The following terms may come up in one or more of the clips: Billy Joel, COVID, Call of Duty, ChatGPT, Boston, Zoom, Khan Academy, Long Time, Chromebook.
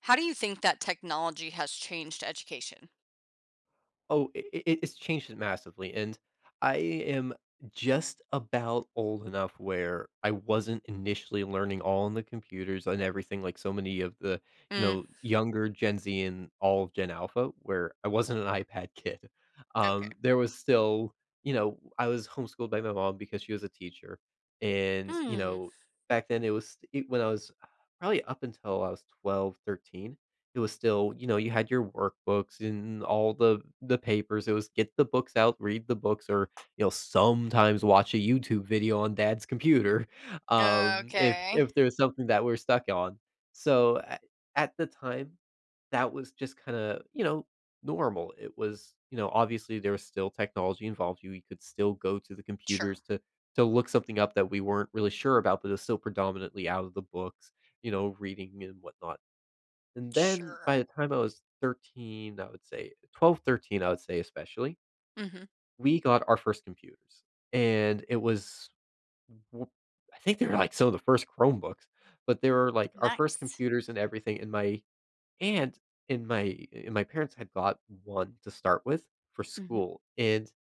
How do you think that technology has changed education? Oh, I it's changed it massively, and I am just about old enough where I wasn't initially learning all on the computers and everything like so many of the, Mm, younger Gen Z and all of Gen Alpha, where I wasn't an iPad kid. okay. There was still, I was homeschooled by my mom because she was a teacher, and Hmm. Back then when I was probably up until I was 12, 13, it was still, you had your workbooks and all the papers. It was get the books out, read the books, or sometimes watch a YouTube video on dad's computer. If Okay. if there's something that we're stuck on. So at the time, that was just kind of, normal. It was, obviously there was still technology involved. You could still go to the Sure. computers to look something up that we weren't really sure about, but it was still predominantly out of the books, reading and whatnot. And then Sure. by the time I was 13, I would say 12, 13. I would say especially, Mhm. we got our first computers. And it was, w- I think they were like some of the first Chromebooks, but they were like our first Nice. computers and everything. And my aunt and my parents had got one to start with for Mhm. school. And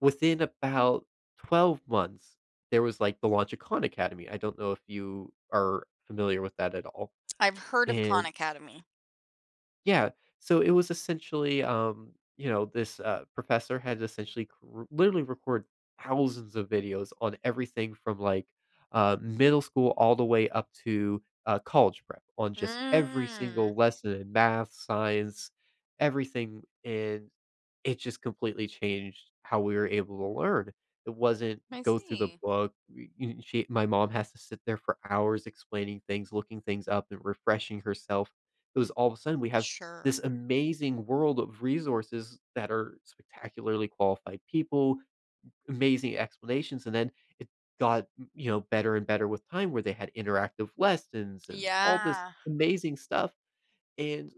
within about 12 months, there was like the launch of Khan Academy. I don't know if you are familiar with that at all. I've heard of Khan And. Academy. Yeah, so it was essentially, this, professor had essentially cr literally record thousands of videos on everything from, like, middle school all the way up to, college prep on just every Mm. single lesson in math, science, everything, and it just completely changed how we were able to learn. It wasn't I go through the see. book, we you she my mom has to sit there for hours explaining things, looking things up, and refreshing herself. It was all of a sudden we have this Sure. amazing world of resources that are spectacularly qualified people, amazing explanations, and then it got, m better and better with time where they had interactive lessons and all this Yeah. amazing stuff, and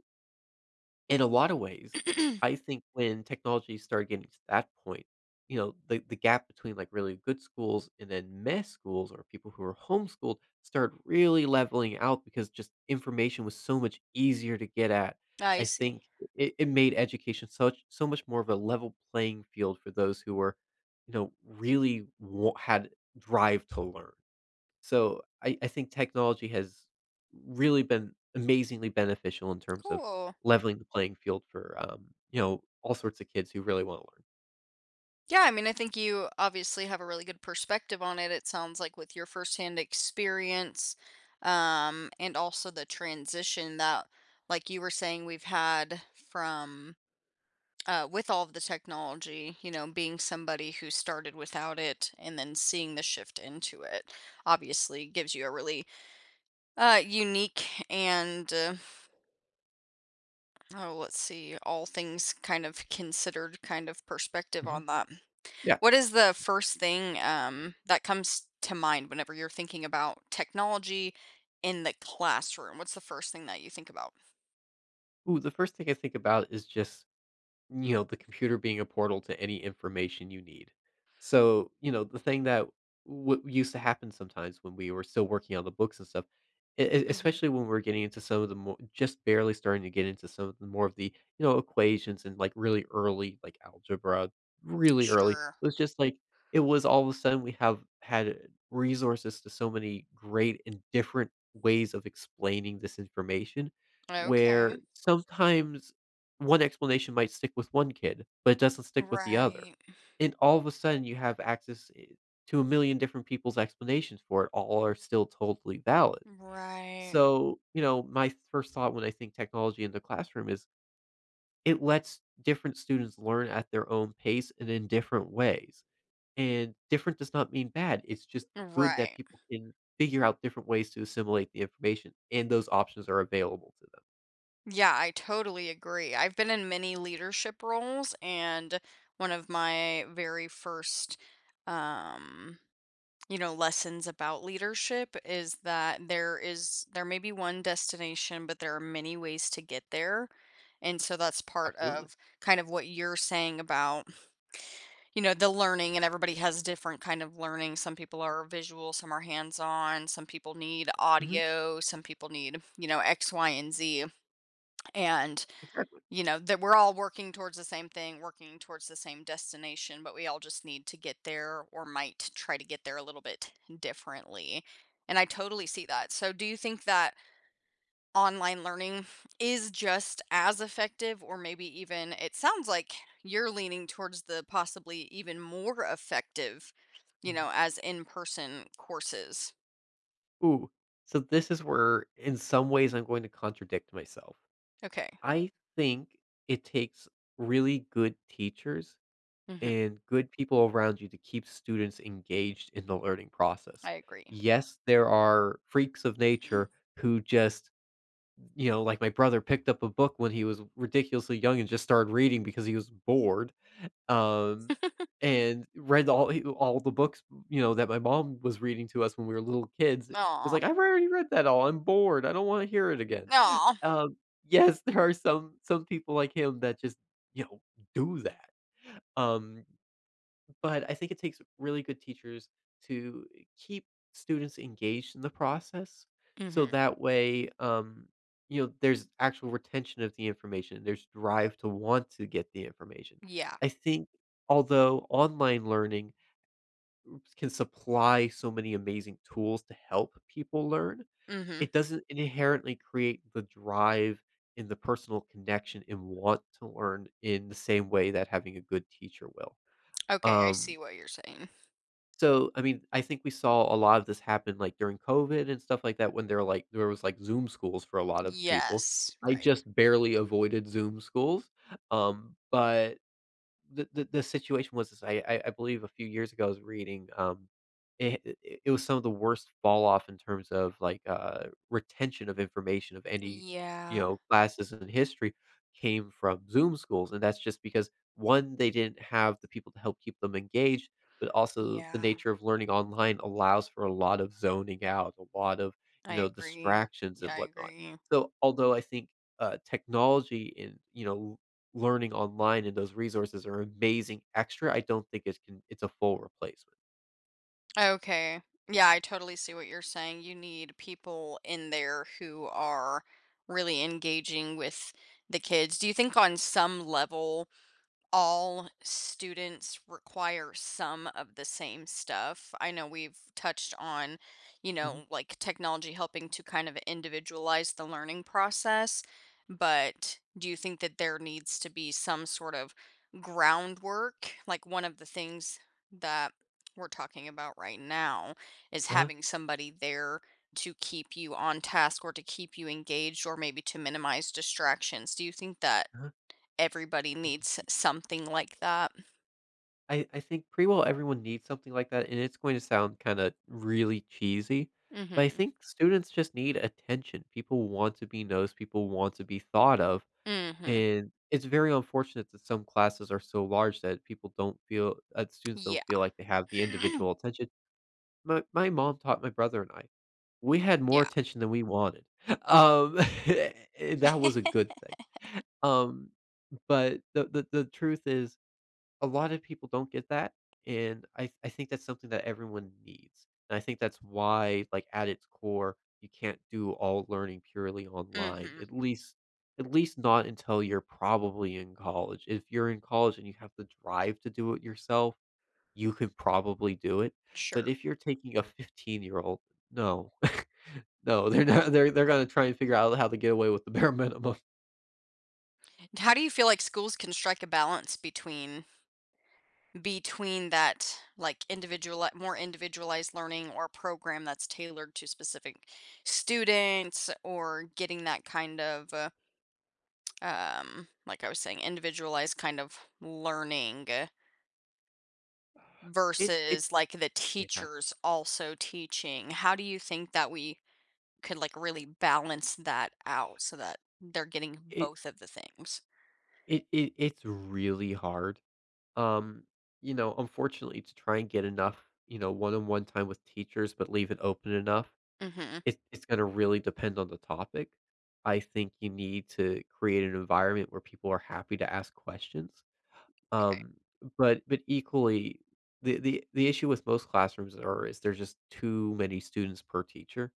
in a lot of ways, I think when technology started getting to that point, the gap between, like, really good schools and then mess schools or people who were homeschooled started really leveling out because just information was so much easier to get at. I I see. think it made education such so much more of a level playing field for those who were, really wa had drive to learn. So I think technology has really been amazingly beneficial in terms of Cool. leveling the playing field for all sorts of kids who really want to Yeah, I mean, I think you obviously have a really good perspective on it. It sounds like with your firsthand experience, and also the transition that, like you were saying, we've had from with all of the technology, you know, being somebody who started without it and then seeing the shift into it, obviously gives you a really unique and, oh, let's see, all things kind of considered kind of perspective learn. Hmm. on that. Yeah. What is the first thing, that comes to mind whenever you're thinking about technology in the classroom? What's the first thing that you think about? Ooh, the first thing I think about is just the computer being a portal to any information you need, so the thing that used to happen sometimes when we were still working on the books and stuff, Mhm. especially when we're getting into some of the more just barely starting to get into some of the more of the, equations and like really early, like algebra, really early, it Sure. was just like it was all of a sudden we have had resources to so many great and different ways of explaining this information, Okay. where sometimes one explanation might stick with one kid, but it doesn't stick with the other. Right. And all of a sudden, you have access I to a million different people's explanations for it. All are still totally valid. Right. So, my first thought when I think technology in the classroom is it lets different students learn at their own pace and in different ways. And different does not mean bad. It's just good that Right. people can figure out different ways to assimilate the information, and those options are available to them. Yeah, I totally agree. I've been in many leadership roles and one of my very first, um you know, lessons about leadership is that there may be one destination, but there are many ways to get there. And so that's part Absolutely. of kind of what you're saying about you know the learning and everybody has different kind of learning, some people are visual, some are hands on, some people need Mhm. audio, some people need, you know, x y and z and Exactly. you know, that we're all working towards the same thing, working towards the same destination, but we all just need to get there or might try to get there a little bit differently. And I totally see that. So, do you think that online learning is just as effective, or maybe even it sounds like you're leaning towards the possibly even more effective, you know, as in person courses? Ooh, so this is where, in some ways, I'm going to contradict myself. Okay. I think it takes really good teachers Hmm. and good people around you to keep students engaged in the learning process. I agree. Yes, there are freaks of nature who just, like my brother picked up a book when he was ridiculously young and just started reading because he was bored. Um, and read all the books, that my mom was reading to us when we were little kids. It was Aw. like, "I've already read that all. I'm bored. I don't wanna hear it again." Aw. Um, yes, there are some people like him that just, you know, do that. Um but I think it takes really good teachers to keep students engaged in the process, so Hmm. that way, there's actual retention of the information, there's drive to want to get the information. Yeah. I think although online learning can supply so many amazing tools to help people learn, Hmm. it doesn't inherently create the drive and the personal connection and want to learn in the same way that having a good teacher will. Okay, I Um see what you're saying. so, I mean, I think we saw a lot of this happen, like, during COVID and stuff like that when there, like there was, like, Zoom schools for a lot of people. Yes, I right. just barely avoided Zoom schools, but the situation was this, I believe a few years ago I was reading, it was some of the worst fall off in terms of, like, retention of information of any, Yeah, classes in history came from Zoom schools, and that's just because, 1, they didn't have the people to help keep them engaged, but also the yeah, nature of learning online allows for a lot of zoning out, a lot of, I agree. distractions Yeah, and I whatnot. agree. So, although I think, technology and, learning online and those resources are amazing extra, I don't think it's a full replacement. Okay. Yeah, I totally see what you're saying. You need people in there who are really engaging with the kids. Do you think on some level all students require some of the same stuff? I know we've touched on, you Mhm. know, like technology helping to kind of individualize the learning process, but do you think that there needs to be some sort of groundwork? Like one of the things that we're talking about right now is Uh-huh, having somebody there to keep you on task or to keep you engaged or maybe to minimize distractions. Do you think that uh-huh. everybody Y- needs y- something like that? I think pretty well everyone needs something like that, and it's going to sound kinda really cheesy, Mm. but I Mhm. think students just need attention. People want to be noticed, people want to be thought of, Mm. Mhm. and it's very unfortunate that some classes are so large that people don't feel that students don't Yeah. feel like they have the individual attention. My mom taught my brother and I. We had more Yeah. attention than we wanted. Um, and that was a good thing. Um, but the truth is a lot of people don't get that, and I think that's something that everyone needs. And I think that's why, like, at its core, you can't do all learning purely Mm. online, Mhm. At least not until you're probably in college. If you're in college and you have the drive to do it yourself, you could probably do it, but Sure. if you're taking a 15-year-old, no, no, they're not they're they're gonna try and figure out how to get away with the bare minimum. How do you feel like schools can strike a balance between that, like, individual, more individualized learning or program that's tailored to specific students, or getting that kind of, like I was saying, individualized kind of learning It versus, like, the Yeah. teachers also teaching? How do you think that we could, like, really balance that out so that they're getting it both of the things? it's really hard. Um, unfortunately, to try and get enough, one-on-one time with teachers, but leave it open enough, Mhm. it's gonna really depend on the topic. I think you need to create an environment where people are happy to ask questions. Okay. Um, but equally, the issue with most classrooms are is there's just too many students per teacher,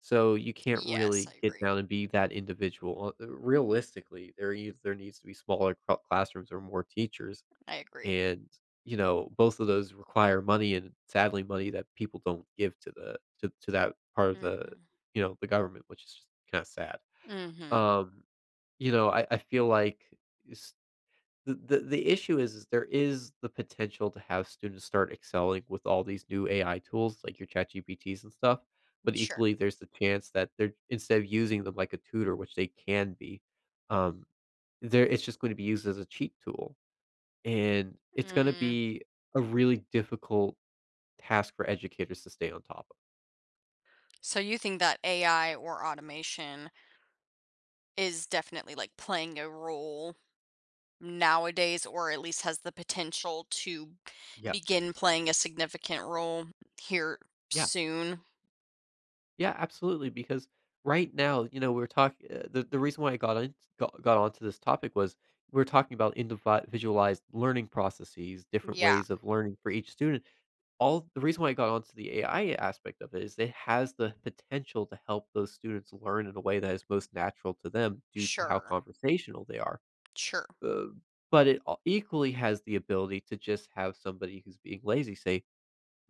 so you can't Yes, really I get agree. down and be that individual. Realistically, there needs to be smaller classrooms or more teachers, I agree. and both of those require money, and sadly, money that people don't give to the to that part of the, Mhm. The government, which is just kind of sad. Mhm. Um, I feel like the issue is there is the potential to have students start excelling with all these new AI tools, like your ChatGPTs and stuff, but Sure. equally, there's the chance that they're instead of using them like a tutor, which they can be, um, there it's just gonna be used as a cheat tool, and it's gonna Mm. be a really difficult task for educators to stay on top of. So you think that AI or automation is definitely, like, playing a role nowadays, or at least has the potential to Yeah. begin playing a significant role here Yeah. soon? Yeah, absolutely. Because right now, we're talking. The reason why I got onto this topic was we're talking about individualized learning processes, different Yeah. ways of learning for each student. All the reason why I got onto the AI aspect of it is it has the potential to help those students learn in a way that is most natural to them due to how Sure. conversational they are. Sure. Uh, but equally has the ability to just have somebody who's being lazy say,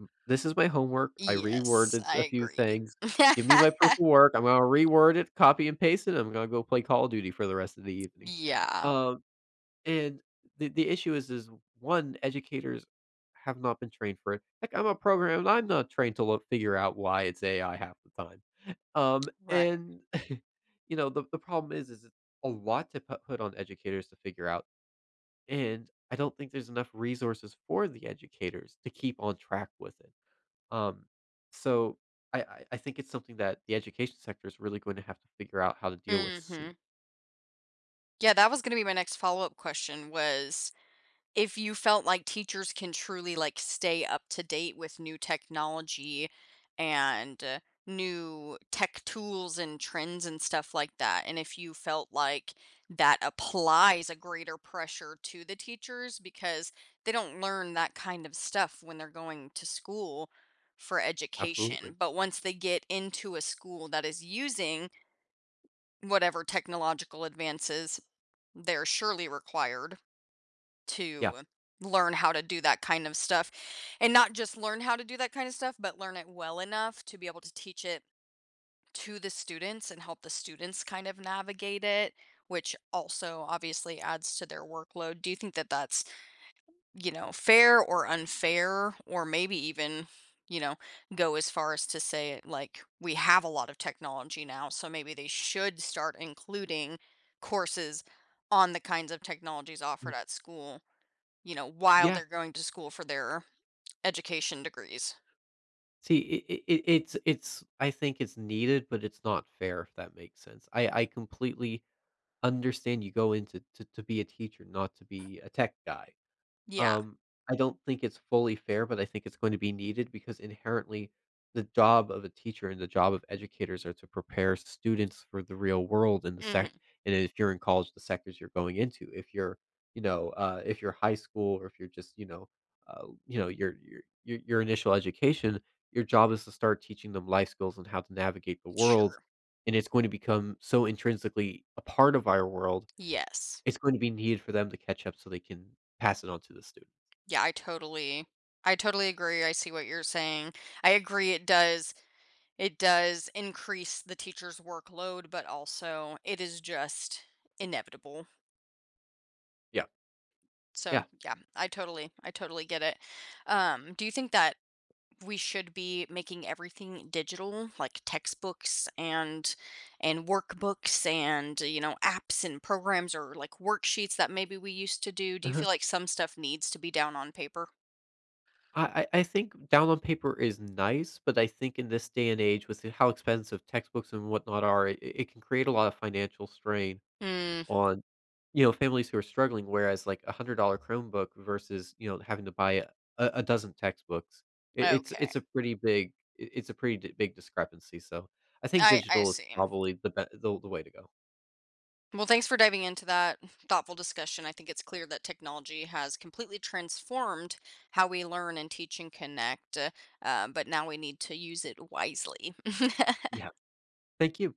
"This is my homework, I Yes, reworded I a few agree. things, give me my proof of work, I'm gonna reword it, copy and paste it, I'm gonna go play Call of Duty for the rest of the evening." Yeah. Um, and the issue is 1, educators have not been trained for it. Heck, I'm a programmer, and I'm not trained to look figure out why it's AI half the time. Um, Right. and, the problem is it's a lot to pu put on educators to figure out, and I don't think there's enough resources for the educators to keep on track with it. Um, so I think it's something that the education sector is really going to have to figure out how to deal with soon. Mhm. Yeah, that was gonna be my next follow-up question, was if you felt like teachers can truly, like, stay up to date with new technology and, new tech tools and trends and stuff like that, and if you felt like that applies a greater pressure to the teachers because they don't learn that kind of stuff when they're going to school for education, Absolutely. but once they get into a school that is using whatever technological advances, they're surely required Yeah. to learn how to do that kind of stuff, and not just learn how to do that kind of stuff but learn it well enough to be able to teach it to the students and help the students kind of navigate it, which also obviously adds to their workload. Do you think that that's, you know, fair or unfair, or maybe even, you know, go as far as to say, like, we have a lot of technology now, so maybe they should start including courses on the kinds of technologies offered Mhm. at school, you know, while Yeah. they're going to school for their education degrees? See, it, it's I think it's needed, but it's not fair if that makes sense. I completely understand you go into to be a teacher, not to be a tech guy. Yeah. Um, I don't think it's fully fair, but I think it's going to be needed because inherently the job of a teacher and the job of educators are to prepare students for the real world and the Hmm. sec and if you're in college, the sectors you're going into. If you're high school or if you're just, you know, your initial education, your job is to start teaching them life skills and how to navigate the world. Sure. And it's going to become so intrinsically a part of our world, Yes. it's going to be needed for them to catch up so they can pass it on to the students. Yeah, I totally agree. I see what you're saying. I agree, it does— it does increase the teacher's workload, but also it is just inevitable. Yeah, So, yeah. yeah, I totally get it. Do you think that we should be making everything digital, like textbooks and workbooks and, you know, apps and programs, or like worksheets that maybe we used to do? Do you Uh-huh. feel like some stuff needs to be down on paper? I think down on paper is nice, but I think in this day and age, with how expensive textbooks and whatnot are, it can create a lot of financial strain Mm, on, families who are struggling, whereas, like, a $100 Chromebook versus, having to buy a dozen textbooks. Okay. It's a pretty d big discrepancy, so I think I digital is see. probably the way to go. Well, thanks for diving into that thoughtful discussion. I think it's clear that technology has completely transformed how we learn and teach and connect, but now we need to use it wisely. Yeah. Thank you.